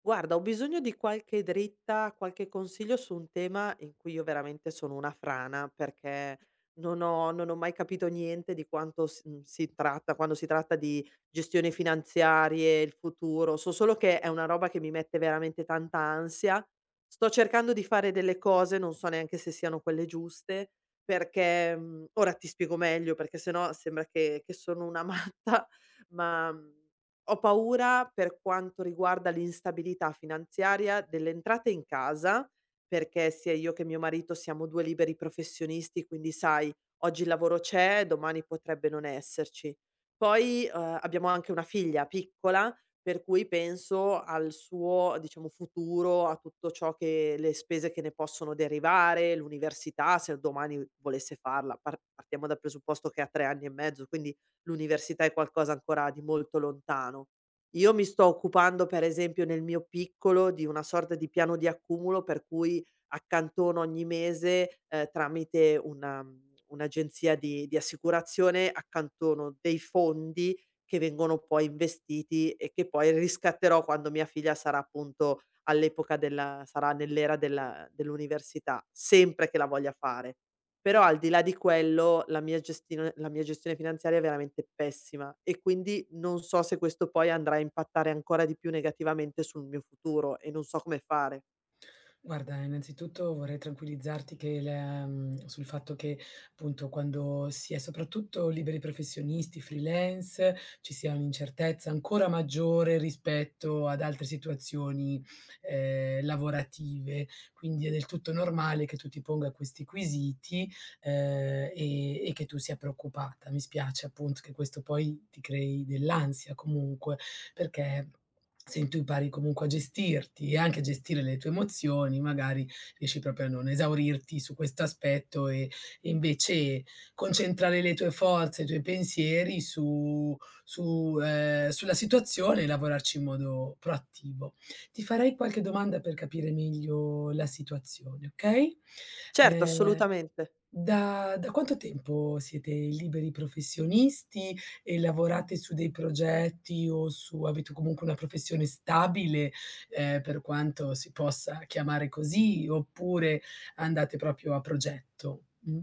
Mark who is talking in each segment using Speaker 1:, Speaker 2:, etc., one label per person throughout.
Speaker 1: Guarda, ho bisogno di qualche dritta, qualche consiglio su un tema in cui io veramente sono una frana, perché non ho mai capito niente di quanto si tratta, quando si tratta di gestioni finanziarie, il futuro. So solo che è una roba che mi mette veramente tanta ansia. Sto cercando di fare delle cose, non so neanche se siano quelle giuste, perché ora ti spiego meglio, perché sennò sembra che sono una matta, ma... mhmm, ho paura per quanto riguarda l'instabilità finanziaria delle entrate in casa, perché sia io che mio marito siamo 2 liberi professionisti, quindi sai, oggi il lavoro c'è, domani potrebbe non esserci. Poi, abbiamo anche una figlia piccola, per cui penso al suo, diciamo, futuro, a tutto ciò che le spese che ne possono derivare, l'università, se domani volesse farla. Partiamo dal presupposto che ha 3 anni e mezzo, quindi l'università è qualcosa ancora di molto lontano. Io mi sto occupando, per esempio, nel mio piccolo di una sorta di piano di accumulo per cui accantono ogni mese, tramite una un'agenzia di assicurazione, accantono dei fondi che vengono poi investiti e che poi riscatterò quando mia figlia sarà appunto all'epoca della sarà nell'era della dell'università, sempre che la voglia fare. Però al di là di quello, la mia gestione finanziaria è veramente pessima e quindi non so se questo poi andrà a impattare ancora di più negativamente sul mio futuro e non so come fare.
Speaker 2: Guarda, innanzitutto vorrei tranquillizzarti sul fatto che, appunto, quando si è soprattutto liberi professionisti, freelance, ci sia un'incertezza ancora maggiore rispetto ad altre situazioni, lavorative. Quindi è del tutto normale che tu ti ponga questi quesiti, e che tu sia preoccupata. Mi spiace, appunto, che questo poi ti crei dell'ansia comunque, perché se tu impari comunque a gestirti e anche a gestire le tue emozioni, magari riesci proprio a non esaurirti su questo aspetto, e invece concentrare le tue forze, i tuoi pensieri su su sulla situazione e lavorarci in modo proattivo. Ti farei qualche domanda per capire meglio la situazione, okay?
Speaker 1: Certo,
Speaker 2: Ehm,
Speaker 1: assolutamente.
Speaker 2: da quanto tempo siete liberi professionisti? E lavorate su dei progetti, o su avete comunque una professione stabile, per quanto si possa chiamare così, oppure andate proprio a progetto? Mh.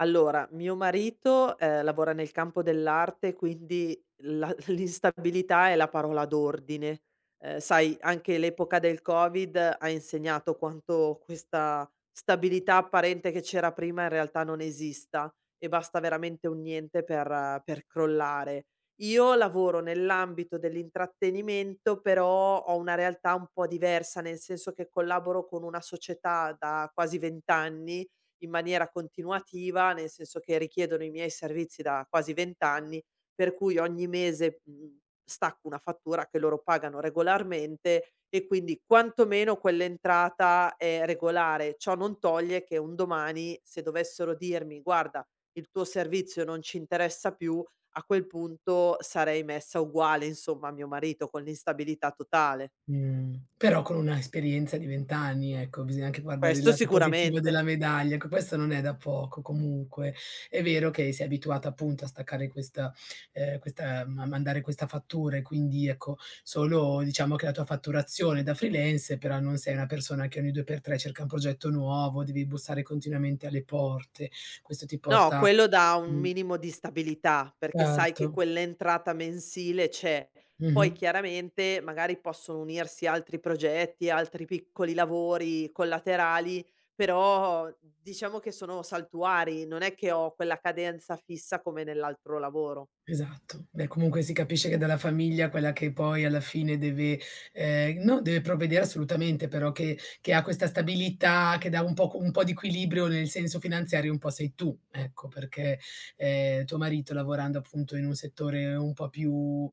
Speaker 1: Allora, mio marito, lavora nel campo dell'arte, quindi la l'instabilità è la parola d'ordine. Sai, anche l'epoca del Covid ha insegnato quanto questa stabilità apparente che c'era prima in realtà non esista e basta veramente un niente per per crollare. Io lavoro nell'ambito dell'intrattenimento, però ho una realtà un po' diversa, nel senso che collaboro con una società da quasi 20 anni in maniera continuativa, nel senso che richiedono i miei servizi da quasi 20 anni, per cui ogni mese, stacco una fattura che loro pagano regolarmente e quindi quantomeno quell'entrata è regolare. Ciò non toglie che un domani, se dovessero dirmi: "Guarda, il tuo servizio non ci interessa più", a quel punto sarei messa uguale, insomma, a mio marito, con l'instabilità totale.
Speaker 2: Però con una esperienza di 20 anni, ecco, bisogna anche guardare il
Speaker 1: Questo
Speaker 2: lato positivo della
Speaker 1: sicuramente.
Speaker 2: medaglia, ecco, questo non è da poco comunque. È vero che sei abituata appunto a staccare questa, questa, a mandare questa fattura, e quindi, ecco, solo diciamo che la tua fatturazione da freelance, però non sei una persona che ogni 2 per 3 cerca un progetto nuovo, devi bussare continuamente alle porte. Questo ti
Speaker 1: No,
Speaker 2: porta.
Speaker 1: quello dà un
Speaker 2: Mh,
Speaker 1: minimo di stabilità, perché sai che
Speaker 2: certo.
Speaker 1: quell'entrata mensile c'è.
Speaker 2: Mh-mh.
Speaker 1: Poi chiaramente magari possono unirsi altri progetti, altri piccoli lavori collaterali, però diciamo che sono saltuari, non è che ho quella cadenza fissa come nell'altro lavoro.
Speaker 2: Esatto. Beh, comunque si capisce che dalla famiglia, quella che poi alla fine deve, no, deve provvedere assolutamente, però che ha questa stabilità, che dà un po' di equilibrio nel senso finanziario, un po' sei tu, ecco, perché, tuo marito lavorando appunto in un settore un po' più,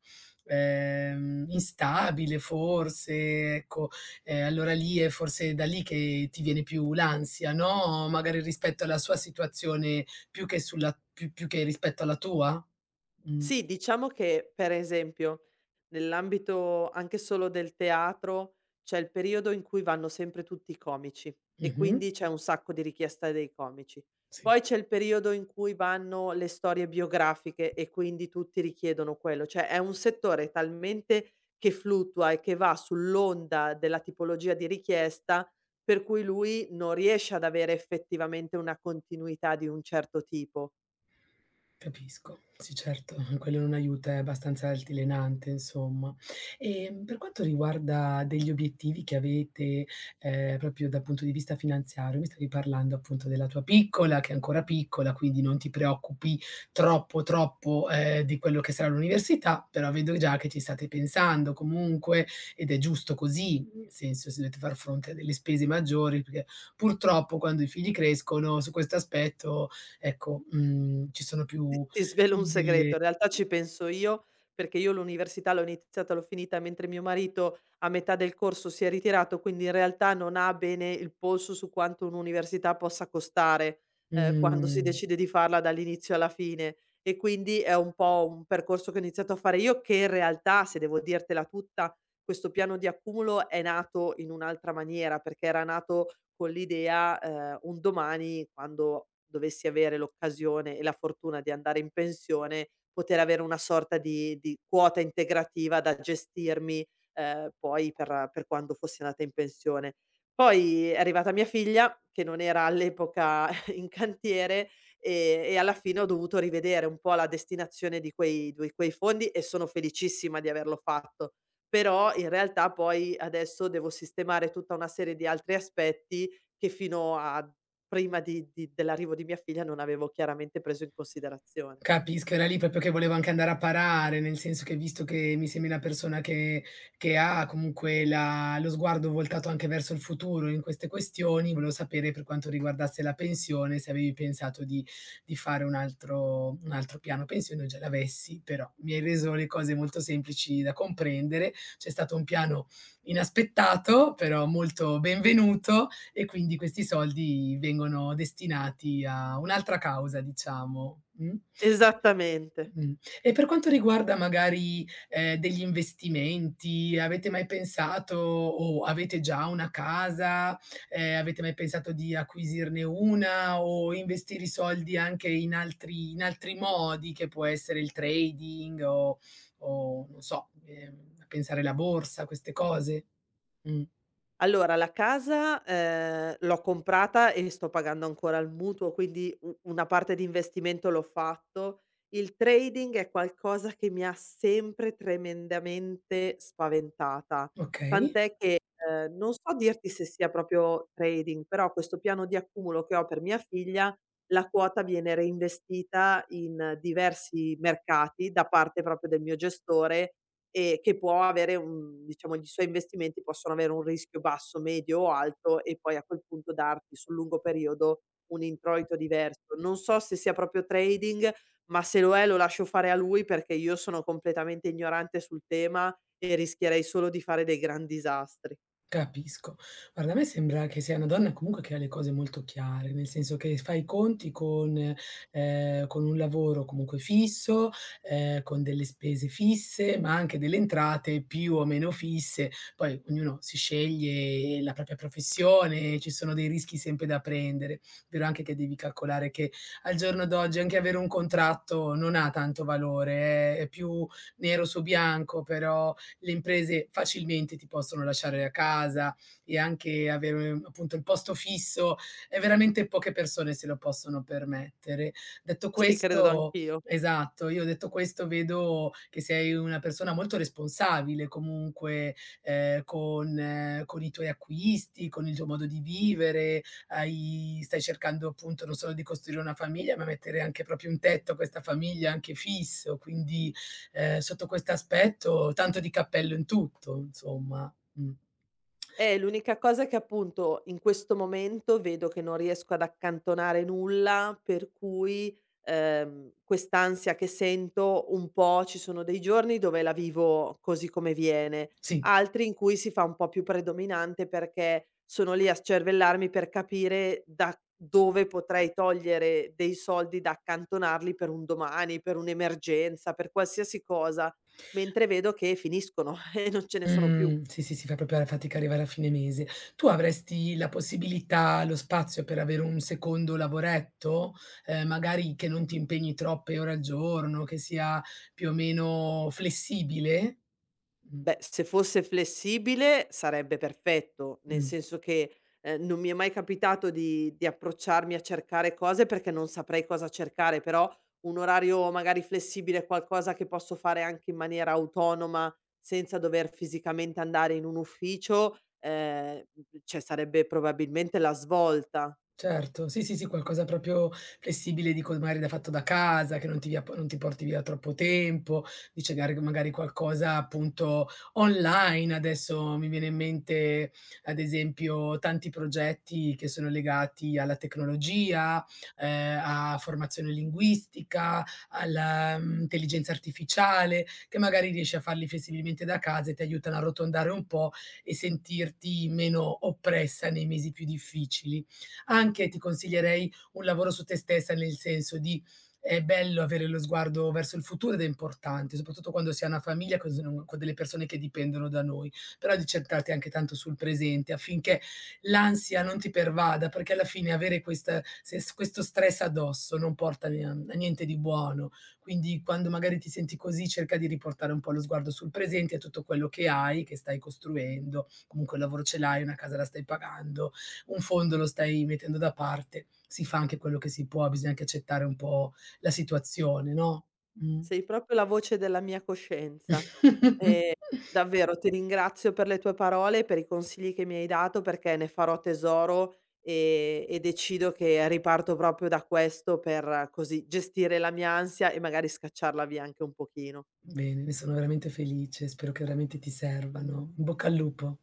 Speaker 2: instabile forse, ecco, allora lì è forse da lì che ti viene più l'ansia, no, magari rispetto alla sua situazione più che sulla più più che rispetto alla tua? Mh.
Speaker 1: Sì, diciamo che per esempio nell'ambito anche solo del teatro c'è il periodo in cui vanno sempre tutti i comici e
Speaker 2: Mh-mh.
Speaker 1: quindi c'è un sacco di richiesta dei comici.
Speaker 2: Sì,
Speaker 1: Poi c'è il periodo in cui vanno le storie biografiche e quindi tutti richiedono quello, cioè è un settore talmente che fluttua e che va sull'onda della tipologia di richiesta per cui lui non riesce ad avere effettivamente una continuità di un certo tipo.
Speaker 2: capisco. Sì, certo, quello non aiuta, è abbastanza altilenante insomma. Per quanto riguarda degli obiettivi che avete, proprio dal punto di vista finanziario, mi stavi parlando appunto della tua piccola, che è ancora piccola, quindi non ti preoccupi troppo, troppo, di quello che sarà l'università, però vedo già che ci state pensando comunque, ed è giusto così, nel senso, se dovete far fronte a delle spese maggiori, perché purtroppo quando i figli crescono su questo aspetto. Ecco, ci sono
Speaker 1: Ti
Speaker 2: più
Speaker 1: ti svelo un
Speaker 2: delle
Speaker 1: segreto, in realtà ci penso io, perché io l'università l'ho iniziata, l'ho finita mentre mio marito a metà del corso si è ritirato, quindi in realtà non ha bene il polso su quanto un'università possa costare, quando si
Speaker 2: mhmm
Speaker 1: decide di farla dall'inizio alla fine. E quindi è un po' un percorso che ho iniziato a fare io, che in realtà, se devo dirtela tutta, questo piano di accumulo è nato in un'altra maniera, perché era nato con l'idea, un domani quando dovessi avere l'occasione e la fortuna di andare in pensione, poter avere una sorta di quota integrativa da gestirmi, poi per quando fossi andata in pensione. Poi è arrivata mia figlia, che non era all'epoca in cantiere, e alla fine ho dovuto rivedere un po' la destinazione di quei fondi e sono felicissima di averlo fatto. Però in realtà poi adesso devo sistemare tutta una serie di altri aspetti che fino a prima di dell'arrivo di mia figlia non avevo chiaramente preso in considerazione.
Speaker 2: Capisco, era lì proprio che volevo anche andare a parare, nel senso che visto che mi sembri una persona che ha comunque la lo sguardo voltato anche verso il futuro in queste questioni, volevo sapere per quanto riguardasse la pensione, se avevi pensato di fare un altro piano pensione o già l'avessi, però mi hai reso le cose molto semplici da comprendere. C'è stato un piano inaspettato, però molto benvenuto, e quindi questi soldi vengono destinati a un'altra causa, diciamo, mh?
Speaker 1: Esattamente.
Speaker 2: Mh. E per quanto riguarda magari, degli investimenti, avete mai pensato, o avete già una casa, avete mai pensato di acquisirne una o investire i soldi anche in altri modi, che può essere il trading o non so, pensare alla borsa, queste cose? Mh,
Speaker 1: Allora la casa, l'ho comprata e sto pagando ancora il mutuo, quindi u una parte di investimento l'ho fatto. Il trading è qualcosa che mi ha sempre tremendamente spaventata,
Speaker 2: okay.
Speaker 1: tant'è che, non so dirti se sia proprio trading, però questo piano di accumulo che ho per mia figlia, la quota viene reinvestita in diversi mercati da parte proprio del mio gestore che può avere un diciamo gli suoi investimenti possono avere un rischio basso, medio o alto e poi a quel punto darti sul lungo periodo un introito diverso. Non so se sia proprio trading, ma se lo è lo lascio fare a lui perché io sono completamente ignorante sul tema e rischierei solo di fare dei gran disastri.
Speaker 2: Capisco. Guarda, a me sembra che sei una donna comunque che ha le cose molto chiare, nel senso che fa i conti con, con un lavoro comunque fisso, con delle spese fisse, ma anche delle entrate più o meno fisse. Poi ognuno si sceglie la propria professione, ci sono dei rischi sempre da prendere. È vero anche che devi calcolare che al giorno d'oggi anche avere un contratto non ha tanto valore, è più nero su bianco, però le imprese facilmente ti possono lasciare a casa, e anche avere appunto il posto fisso, e veramente poche persone se lo possono permettere. Detto
Speaker 1: Sì, credo
Speaker 2: questo,
Speaker 1: anch'io.
Speaker 2: esatto, io detto questo vedo che sei una persona molto responsabile comunque, con i tuoi acquisti, con il tuo modo di vivere, hai stai cercando appunto non solo di costruire una famiglia, ma mettere anche proprio un tetto a questa famiglia, anche fisso, quindi, sotto questo aspetto tanto di cappello in tutto, insomma. Mh.
Speaker 1: L'unica cosa è che appunto in questo momento vedo che non riesco ad accantonare nulla, per cui, quest'ansia che sento un po' ci sono dei giorni dove la vivo così come viene,
Speaker 2: Sì.
Speaker 1: altri in cui si fa un po' più predominante perché sono lì a scervellarmi per capire da dove potrei togliere dei soldi da accantonarli per un domani, per un'emergenza, per qualsiasi cosa, mentre vedo che finiscono e non ce ne sono più.
Speaker 2: Mh. Sì, sì, sì, fa proprio la fatica arrivare a fine mese. Tu avresti la possibilità, lo spazio per avere un secondo lavoretto? Magari che non ti impegni troppe ore al giorno, che sia più o meno flessibile? Mh.
Speaker 1: Beh, se fosse flessibile sarebbe perfetto, nel
Speaker 2: Mh.
Speaker 1: senso che, non mi è mai capitato di approcciarmi a cercare cose perché non saprei cosa cercare, però un orario magari flessibile, è qualcosa che posso fare anche in maniera autonoma, senza dover fisicamente andare in un ufficio, cioè sarebbe probabilmente la svolta.
Speaker 2: Certo, sì, sì, sì, qualcosa proprio flessibile, dico magari da fatto da casa, che non ti porti via troppo tempo, dice gari magari qualcosa appunto online. Adesso mi viene in mente, ad esempio, tanti progetti che sono legati alla tecnologia, a formazione linguistica, alla, intelligenza artificiale, che magari riesci a farli flessibilmente da casa e ti aiutano a arrotondare un po' e sentirti meno oppressa nei mesi più difficili. Anche ti consiglierei un lavoro su te stessa, nel senso di, è bello avere lo sguardo verso il futuro ed è importante, soprattutto quando si ha una famiglia con delle persone che dipendono da noi, però di centrarti anche tanto sul presente affinché l'ansia non ti pervada, perché alla fine avere questa se s questo stress addosso non porta ne a niente di buono. Quindi quando magari ti senti così, cerca di riportare un po' lo sguardo sul presente e tutto quello che hai, che stai costruendo, comunque un lavoro ce l'hai, una casa la stai pagando, un fondo lo stai mettendo da parte, si fa anche quello che si può, bisogna anche accettare un po' la situazione, no, mh.
Speaker 1: Sei proprio la voce della mia coscienza. Ehm, davvero ti ringrazio per le tue parole e per i consigli che mi hai dato perché ne farò tesoro, e decido che riparto proprio da questo per così gestire la mia ansia e magari scacciarla via anche un pochino.
Speaker 2: Bene, ne sono veramente felice, spero che veramente ti servano. In bocca al lupo.